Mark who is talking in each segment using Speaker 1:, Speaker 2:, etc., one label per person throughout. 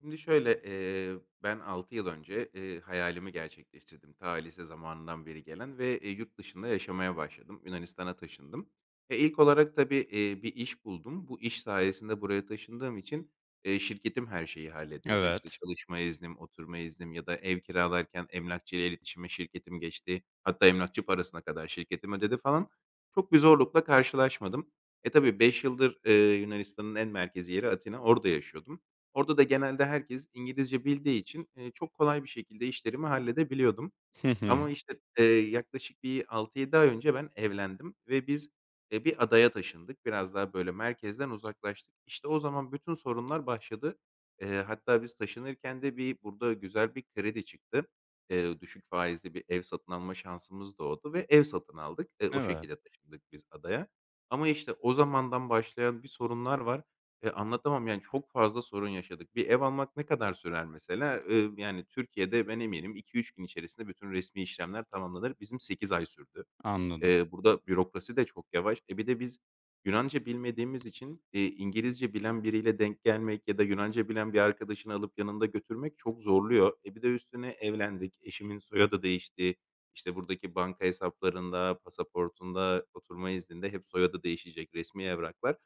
Speaker 1: Şimdi şöyle, ben 6 yıl önce, hayalimi gerçekleştirdim. Ta lise zamanından beri gelen ve, yurt dışında yaşamaya başladım. Yunanistan'a taşındım. İlk olarak tabii, bir iş buldum. Bu iş sayesinde buraya taşındığım için, şirketim her şeyi hallediyordu. İşte,
Speaker 2: Evet.
Speaker 1: çalışma iznim, oturma iznim ya da ev kiralarken emlakçıyla iletişime şirketim geçti. Hatta emlakçı parasına kadar şirketim ödedi falan. Çok bir zorlukla karşılaşmadım. Tabii 5 yıldır, Yunanistan'ın en merkezi yeri Atina, orada yaşıyordum. Orada da genelde herkes İngilizce bildiği için, çok kolay bir şekilde işlerimi halledebiliyordum.
Speaker 2: Hı hı.
Speaker 1: Ama, işte, yaklaşık bir 6-7 ay önce ben evlendim ve biz, bir adaya taşındık. Biraz daha, böyle, merkezden uzaklaştık. İşte, o zaman bütün sorunlar başladı. Hatta biz taşınırken de bir burada güzel bir kredi çıktı. Düşük faizli bir ev satın alma şansımız doğdu ve ev satın aldık. O
Speaker 2: Evet,
Speaker 1: şekilde taşındık biz adaya. Ama, işte, o zamandan başlayan bir sorunlar var. Anlatamam, yani, çok fazla sorun yaşadık. Bir ev almak ne kadar sürer mesela? Yani, Türkiye'de ben eminim iki üç gün içerisinde bütün resmi işlemler tamamlanır. Bizim 8 ay sürdü.
Speaker 2: anladım.
Speaker 1: Burada bürokrasi de çok yavaş. Bir de biz Yunanca bilmediğimiz için, İngilizce bilen biriyle denk gelmek ya da Yunanca bilen bir arkadaşını alıp yanında götürmek çok zorluyor. Bir de üstüne evlendik, eşimin soyadı değişti. İşte, buradaki banka hesaplarında, pasaportunda, oturma izninde hep soyadı değişecek resmi evraklar.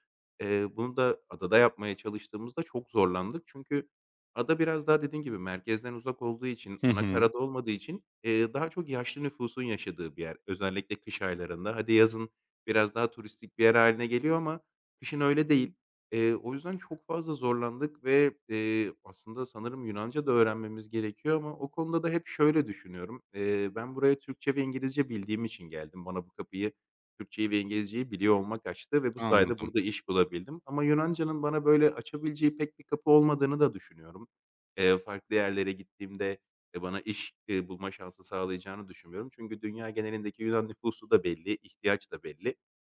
Speaker 1: Bunu da adada yapmaya çalıştığımızda çok zorlandık. Çünkü ada biraz daha dediğim gibi merkezden uzak olduğu için,
Speaker 2: Hı
Speaker 1: ana
Speaker 2: hı.
Speaker 1: karada olmadığı için, daha çok yaşlı nüfusun yaşadığı bir yer. Özellikle kış aylarında. Hadi yazın biraz daha turistik bir yer haline geliyor ama kışın öyle değil. O yüzden çok fazla zorlandık ve, aslında sanırım Yunanca da öğrenmemiz gerekiyor ama o konuda da hep şöyle düşünüyorum. Ben buraya Türkçe ve İngilizce bildiğim için geldim. Bana bu kapıyı, Türkçeyi ve İngilizceyi biliyor olmak açtı ve bu sayede
Speaker 2: Anladım.
Speaker 1: burada iş bulabildim. Ama Yunanca'nın bana böyle açabileceği pek bir kapı olmadığını da düşünüyorum. Farklı yerlere gittiğimde, bana iş, bulma şansı sağlayacağını düşünmüyorum. Çünkü dünya genelindeki Yunan nüfusu da belli, ihtiyaç da belli.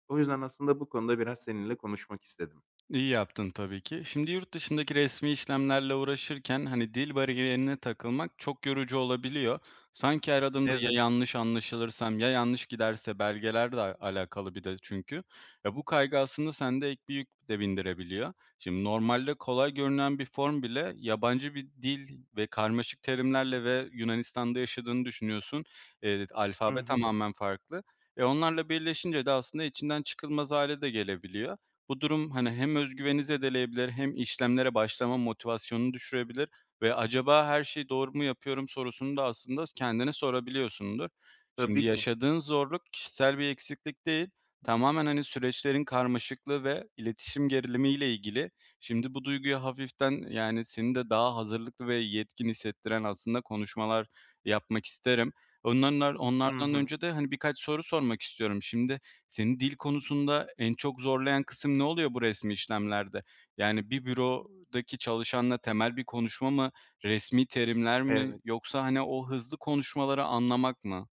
Speaker 1: O yüzden aslında bu konuda biraz seninle konuşmak istedim.
Speaker 2: İyi yaptın tabii ki. Şimdi yurt dışındaki resmi işlemlerle uğraşırken, hani, dil bariyerine takılmak çok yorucu olabiliyor. Sanki her adımda ya
Speaker 1: Evet.
Speaker 2: yanlış anlaşılırsam, ya yanlış giderse belgelerle alakalı bir de çünkü. Ya, bu kaygı aslında sende ek bir yük de bindirebiliyor. Şimdi normalde kolay görünen bir form bile yabancı bir dil ve karmaşık terimlerle ve Yunanistan'da yaşadığını düşünüyorsun.
Speaker 1: Hı
Speaker 2: Alfabe
Speaker 1: hı.
Speaker 2: tamamen farklı. Onlarla birleşince de aslında içinden çıkılmaz hale de gelebiliyor. Bu durum, hani, hem özgüveni zedeleyebilir hem işlemlere başlama motivasyonunu düşürebilir ve "Acaba her şeyi doğru mu yapıyorum?" sorusunu da aslında kendine sorabiliyorsundur. Şimdi
Speaker 1: Tabii ki.
Speaker 2: yaşadığın zorluk kişisel bir eksiklik değil, tamamen, hani, süreçlerin karmaşıklığı ve iletişim gerilimiyle ilgili. Şimdi bu duyguyu hafiften, yani, seni de daha hazırlıklı ve yetkin hissettiren aslında konuşmalar yapmak isterim. Onlanlar
Speaker 1: Hı
Speaker 2: onlardan
Speaker 1: hı.
Speaker 2: önce de, hani, birkaç soru sormak istiyorum. Şimdi seni dil konusunda en çok zorlayan kısım ne oluyor bu resmi işlemlerde? Yani bir bürodaki çalışanla temel bir konuşma mı, resmi terimler mi
Speaker 1: Evet.
Speaker 2: yoksa, hani, o hızlı konuşmaları anlamak mı?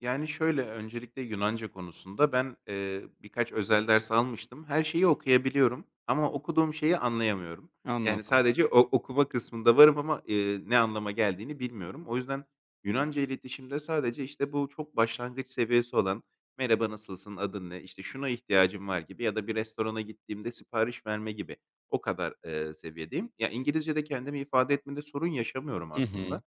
Speaker 1: Yani, şöyle, öncelikle Yunanca konusunda ben, birkaç özel ders almıştım. Her şeyi okuyabiliyorum ama okuduğum şeyi anlayamıyorum. Yani,
Speaker 2: Anladım.
Speaker 1: sadece o okuma kısmında varım ama, ne anlama geldiğini bilmiyorum. O yüzden Yunanca iletişimde sadece, işte, bu çok başlangıç seviyesi olan "Merhaba, nasılsın, adın ne?", işte, "Şuna ihtiyacım var." gibi ya da bir restorana gittiğimde sipariş verme gibi o kadar, seviyedeyim. Ya, İngilizcede kendimi ifade etmede sorun yaşamıyorum
Speaker 2: Hı hı.
Speaker 1: aslında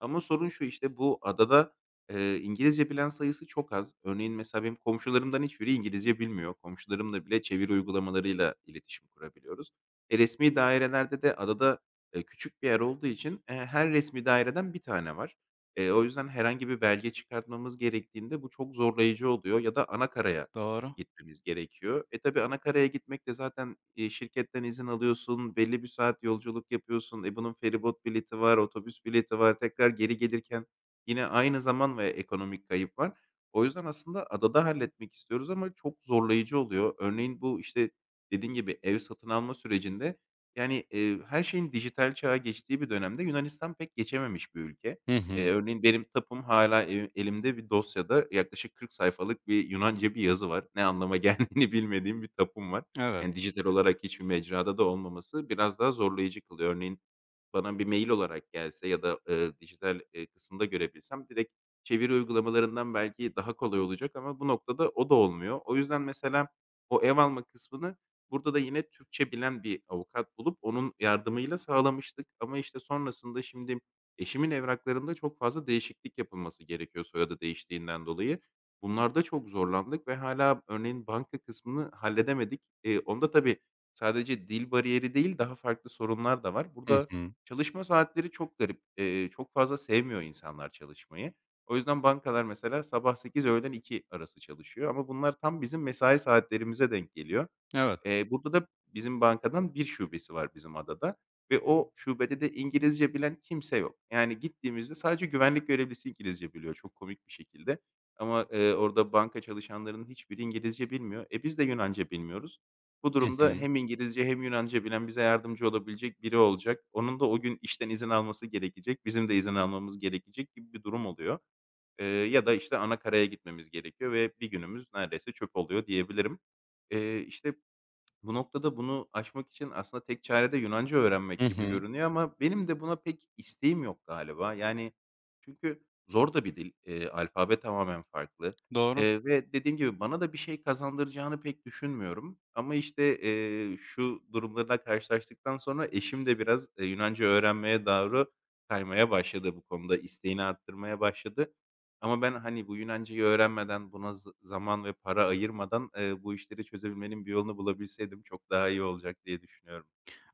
Speaker 1: ama sorun şu, işte, bu adada İngilizce bilen sayısı çok az. Örneğin mesela benim komşularımdan hiçbiri İngilizce bilmiyor. Komşularımla bile çeviri uygulamalarıyla iletişim kurabiliyoruz. Resmî dairelerde de adada, küçük bir yer olduğu için, her resmi daireden bir tane var. O yüzden herhangi bir belge çıkartmamız gerektiğinde bu çok zorlayıcı oluyor ya da anakaraya
Speaker 2: Doğru.
Speaker 1: gitmemiz gerekiyor. Tabii anakaraya gitmek de zaten, şirketten izin alıyorsun, belli bir saat yolculuk yapıyorsun. Bunun feribot bileti var, otobüs bileti var. Tekrar geri gelirken yine aynı zaman ve ekonomik kayıp var. O yüzden aslında adada halletmek istiyoruz ama çok zorlayıcı oluyor. Örneğin bu, işte, dediğin gibi ev satın alma sürecinde, yani, her şeyin dijital çağa geçtiği bir dönemde Yunanistan pek geçememiş bir ülke.
Speaker 2: Hı hı.
Speaker 1: Örneğin benim tapum hala ev elimde bir dosyada yaklaşık 40 sayfalık bir Yunanca bir yazı var. Ne anlama geldiğini bilmediğim bir tapum var.
Speaker 2: Evet.
Speaker 1: Yani, dijital olarak hiçbir mecrada da olmaması biraz daha zorlayıcı kılıyor. Örneğin bana bir mail olarak gelse ya da, dijital, kısımda görebilsem direkt çeviri uygulamalarından belki daha kolay olacak ama bu noktada o da olmuyor. O yüzden mesela o ev alma kısmını burada da yine Türkçe bilen bir avukat bulup onun yardımıyla sağlamıştık ama, işte, sonrasında şimdi eşimin evraklarında çok fazla değişiklik yapılması gerekiyor soyadı değiştiğinden dolayı. Bunlarda çok zorlandık ve hala örneğin banka kısmını halledemedik. Onda tabii sadece dil bariyeri değil, daha farklı sorunlar da var.
Speaker 2: Hı
Speaker 1: Burada
Speaker 2: hı.
Speaker 1: çalışma saatleri çok garip. Çok fazla sevmiyor insanlar çalışmayı. O yüzden bankalar mesela sabah 8 öğlen 2 arası çalışıyor ama bunlar tam bizim mesai saatlerimize denk geliyor.
Speaker 2: Evet.
Speaker 1: Burada da bizim bankadan bir şubesi var bizim adada ve o şubede de İngilizce bilen kimse yok. Yani gittiğimizde sadece güvenlik görevlisi İngilizce biliyor çok komik bir şekilde ama, orada banka çalışanlarının hiçbiri İngilizce bilmiyor. Biz de Yunanca bilmiyoruz. Bu
Speaker 2: Hı
Speaker 1: durumda
Speaker 2: hı.
Speaker 1: hem İngilizce hem Yunanca bilen bize yardımcı olabilecek biri olacak. Onun da o gün işten izin alması gerekecek, bizim de izin almamız gerekecek gibi bir durum oluyor. Ya da, işte, anakaraya gitmemiz gerekiyor ve bir günümüz neredeyse çöp oluyor diyebilirim. İşte, bu noktada bunu aşmak için aslında tek çare de Yunanca
Speaker 2: Hı
Speaker 1: öğrenmek gibi
Speaker 2: hı.
Speaker 1: görünüyor ama benim de buna pek isteğim yok galiba. Yani, çünkü zor da bir dil, alfabe tamamen farklı,
Speaker 2: Doğru.
Speaker 1: ve dediğim gibi bana da bir şey kazandıracağını pek düşünmüyorum. Ama, işte, şu durumlarla karşılaştıktan sonra eşim de biraz, Yunanca öğrenmeye doğru kaymaya başladı bu konuda, isteğini arttırmaya başladı. Ama ben, hani, bu Yunancayı öğrenmeden, buna zaman ve para ayırmadan, bu işleri çözebilmenin bir yolunu bulabilseydim çok daha iyi olacak diye düşünüyorum.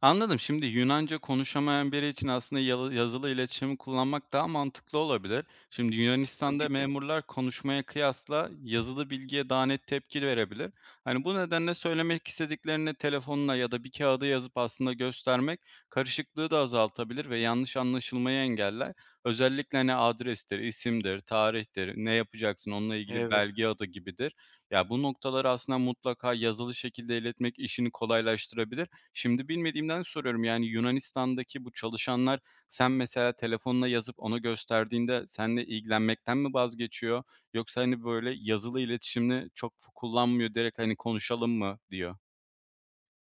Speaker 2: Anladım. Şimdi Yunanca konuşamayan biri için aslında yazılı iletişimi kullanmak daha mantıklı olabilir. Şimdi Yunanistan'da
Speaker 1: Tabii ki.
Speaker 2: memurlar konuşmaya kıyasla yazılı bilgiye daha net tepki verebilir. Hani bu nedenle söylemek istediklerini telefonla ya da bir kağıda yazıp aslında göstermek karışıklığı da azaltabilir ve yanlış anlaşılmayı engeller. Özellikle hani adrestir, isimdir, tarihtir, ne yapacaksın onunla ilgili
Speaker 1: Evet.
Speaker 2: belge adı gibidir. Ya bu noktaları aslında mutlaka yazılı şekilde iletmek işini kolaylaştırabilir. Şimdi bilmediğimden soruyorum, yani, Yunanistan'daki bu çalışanlar sen mesela telefonla yazıp ona gösterdiğinde seninle ilgilenmekten mi vazgeçiyor yoksa, hani, böyle, yazılı iletişimini çok kullanmıyor, direkt, hani, "Konuşalım mı?" diyor?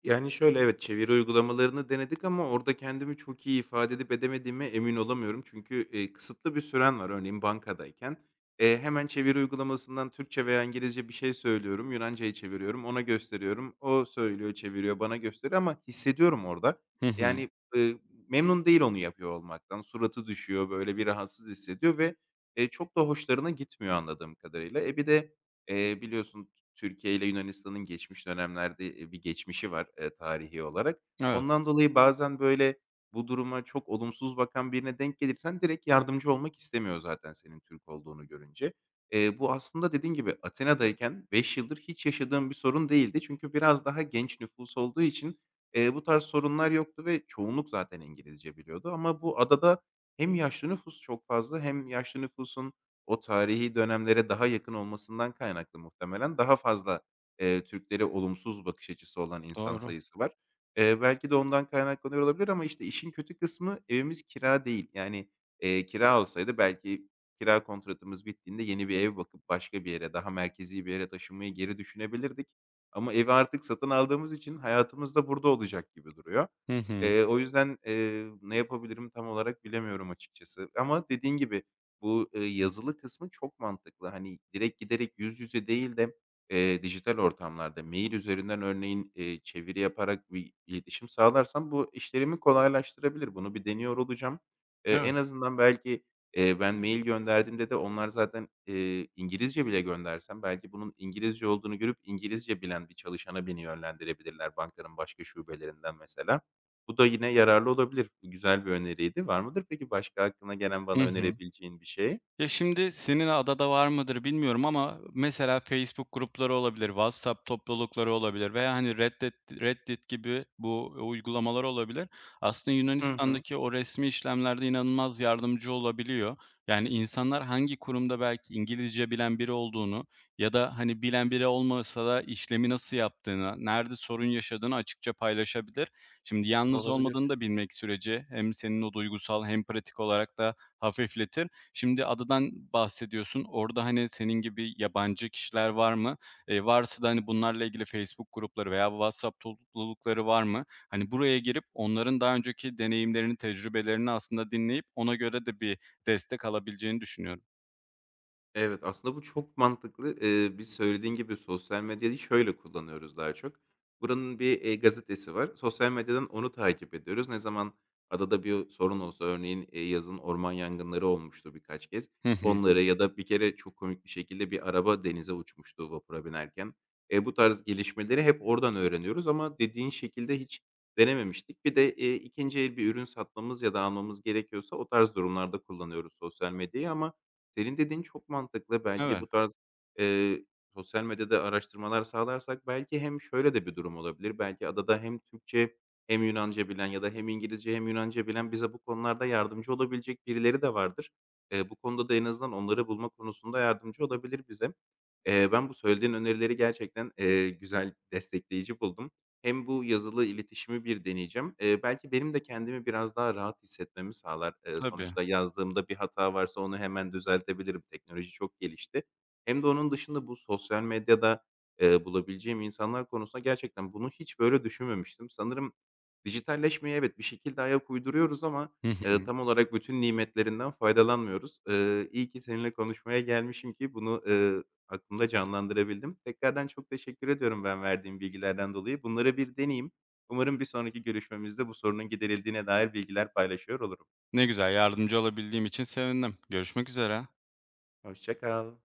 Speaker 1: Yani, şöyle, evet, çeviri uygulamalarını denedik ama orada kendimi çok iyi ifade edip edemediğime emin olamıyorum. Çünkü, kısıtlı bir süren var. Örneğin bankadayken, hemen çeviri uygulamasından Türkçe veya İngilizce bir şey söylüyorum, Yunanca'yı çeviriyorum, ona gösteriyorum. O söylüyor, çeviriyor, bana gösteriyor ama hissediyorum orada.
Speaker 2: Hı hı.
Speaker 1: Yani, ııı, memnun değil onu yapıyor olmaktan. Suratı düşüyor, böyle, bir rahatsız hissediyor ve, çok da hoşlarına gitmiyor anladığım kadarıyla. Bir de, biliyorsun Türkiye ile Yunanistan'ın geçmiş dönemlerde, bir geçmişi var, tarihi olarak.
Speaker 2: Evet,
Speaker 1: Ondan dolayı bazen, böyle, bu duruma çok olumsuz bakan birine denk gelirsen direkt yardımcı olmak istemiyor zaten senin Türk olduğunu görünce. Bu aslında dediğin gibi Atina'dayken 5 yıldır hiç yaşadığım bir sorun değildi. Çünkü biraz daha genç nüfus olduğu için, bu tarz sorunlar yoktu ve çoğunluk zaten İngilizce biliyordu ama bu adada hem yaşlı nüfus çok fazla hem yaşlı nüfusun o tarihi dönemlere daha yakın olmasından kaynaklı muhtemelen daha fazla, Türklere olumsuz bakış açısı olan insan
Speaker 2: doğru.
Speaker 1: sayısı var. Belki de ondan kaynaklanıyor olabilir ama, işte, işin kötü kısmı evimiz kira değil. Yani, kira olsaydı belki kira kontratımız bittiğinde yeni bir ev bakıp başka bir yere, daha merkezi bir yere taşınmayı geri düşünebilirdik. Ama evi artık satın aldığımız için hayatımız da burada olacak gibi duruyor.
Speaker 2: Hı hı.
Speaker 1: O yüzden, ne yapabilirim tam olarak bilemiyorum açıkçası ama dediğin gibi, bu, yazılı kısmı çok mantıklı. Hani, direkt giderek yüz yüze değil de, dijital ortamlarda mail üzerinden örneğin, çeviri yaparak bir iletişim sağlarsam bu işlerimi kolaylaştırabilir. Bunu bir deniyor olacağım.
Speaker 2: Evet.
Speaker 1: En azından belki, ben mail gönderdiğimde de onlar zaten, İngilizce bile göndersem belki bunun İngilizce olduğunu görüp İngilizce bilen bir çalışana beni yönlendirebilirler bankanın başka şubelerinden mesela. Bu da yine yararlı olabilir. Bu güzel bir öneriydi. Var mıdır peki başka aklına gelen
Speaker 2: Hı
Speaker 1: bana
Speaker 2: hı.
Speaker 1: önerebileceğin bir şey?
Speaker 2: Ya, şimdi senin adada var mıdır bilmiyorum ama mesela Facebook grupları olabilir, WhatsApp toplulukları olabilir veya, hani, Reddit gibi bu uygulamalar olabilir. Aslında
Speaker 1: Hı hı.
Speaker 2: Yunanistan'daki o resmi işlemlerde inanılmaz yardımcı olabiliyor. Yani, insanlar hangi kurumda belki İngilizce bilen biri olduğunu ya da, hani, bilen biri olmasa da işlemi nasıl yaptığını, nerede sorun yaşadığını açıkça paylaşabilir. Şimdi yalnız olmadığını
Speaker 1: Olabilir.
Speaker 2: da bilmek süreci hem senin o duygusal hem pratik olarak da hafifletir. Şimdi adadan bahsediyorsun. Orada, hani, senin gibi yabancı kişiler var mı? Varsa da, hani, bunlarla ilgili Facebook grupları veya WhatsApp toplulukları var mı? Hani, buraya girip onların daha önceki deneyimlerini, tecrübelerini aslında dinleyip ona göre de bir destek alabileceğini düşünüyorum.
Speaker 1: Evet, aslında bu çok mantıklı. Biz söylediğin gibi sosyal medyayı şöyle kullanıyoruz daha çok. Buranın bir, gazetesi var. Sosyal medyadan onu takip ediyoruz. Ne zaman adada bir sorun olsa örneğin, yazın orman yangınları olmuştu birkaç kez. Hı
Speaker 2: Hı hı.
Speaker 1: Onları ya da bir kere çok komik bir şekilde bir araba denize uçmuştu vapura binerken. Bu tarz gelişmeleri hep oradan öğreniyoruz ama dediğin şekilde hiç denememiştik. Bir de, 2'nci el bir ürün satmamız ya da almamız gerekiyorsa o tarz durumlarda kullanıyoruz sosyal medyayı ama senin dediğin çok mantıklı. Belki
Speaker 2: Evet,
Speaker 1: bu tarz, eee, sosyal medyada araştırmalar sağlarsak belki hem şöyle de bir durum olabilir. Belki adada hem Türkçe hem Yunanca bilen ya da hem İngilizce hem Yunanca bilen bize bu konularda yardımcı olabilecek birileri de vardır. Bu konuda da en azından onları bulma konusunda yardımcı olabilir bize. Ben bu söylediğin önerileri gerçekten, güzel, destekleyici buldum. Hem bu yazılı iletişimi bir deneyeceğim. Belki benim de kendimi biraz daha rahat hissetmemi sağlar.
Speaker 2: tabii.
Speaker 1: Sonuçta yazdığımda bir hata varsa onu hemen düzeltebilirim. Teknoloji çok gelişti. Hem de onun dışında bu sosyal medyada, bulabileceğim insanlar konusunda gerçekten bunu hiç böyle düşünmemiştim. Sanırım dijitalleşmeye evet, bir şekilde ayak uyduruyoruz ama,
Speaker 2: Hı hı.
Speaker 1: tam olarak bütün nimetlerinden faydalanmıyoruz. İyi ki seninle konuşmaya gelmişim ki bunu, aklımda canlandırabildim. Tekrardan çok teşekkür ediyorum ben verdiğim bilgilerden dolayı. Bunları bir deneyeyim. Umarım bir sonraki görüşmemizde bu sorunun giderildiğine dair bilgiler paylaşıyor olurum.
Speaker 2: Ne güzel, yardımcı olabildiğim için sevindim. Görüşmek üzere.
Speaker 1: Hoşça kal.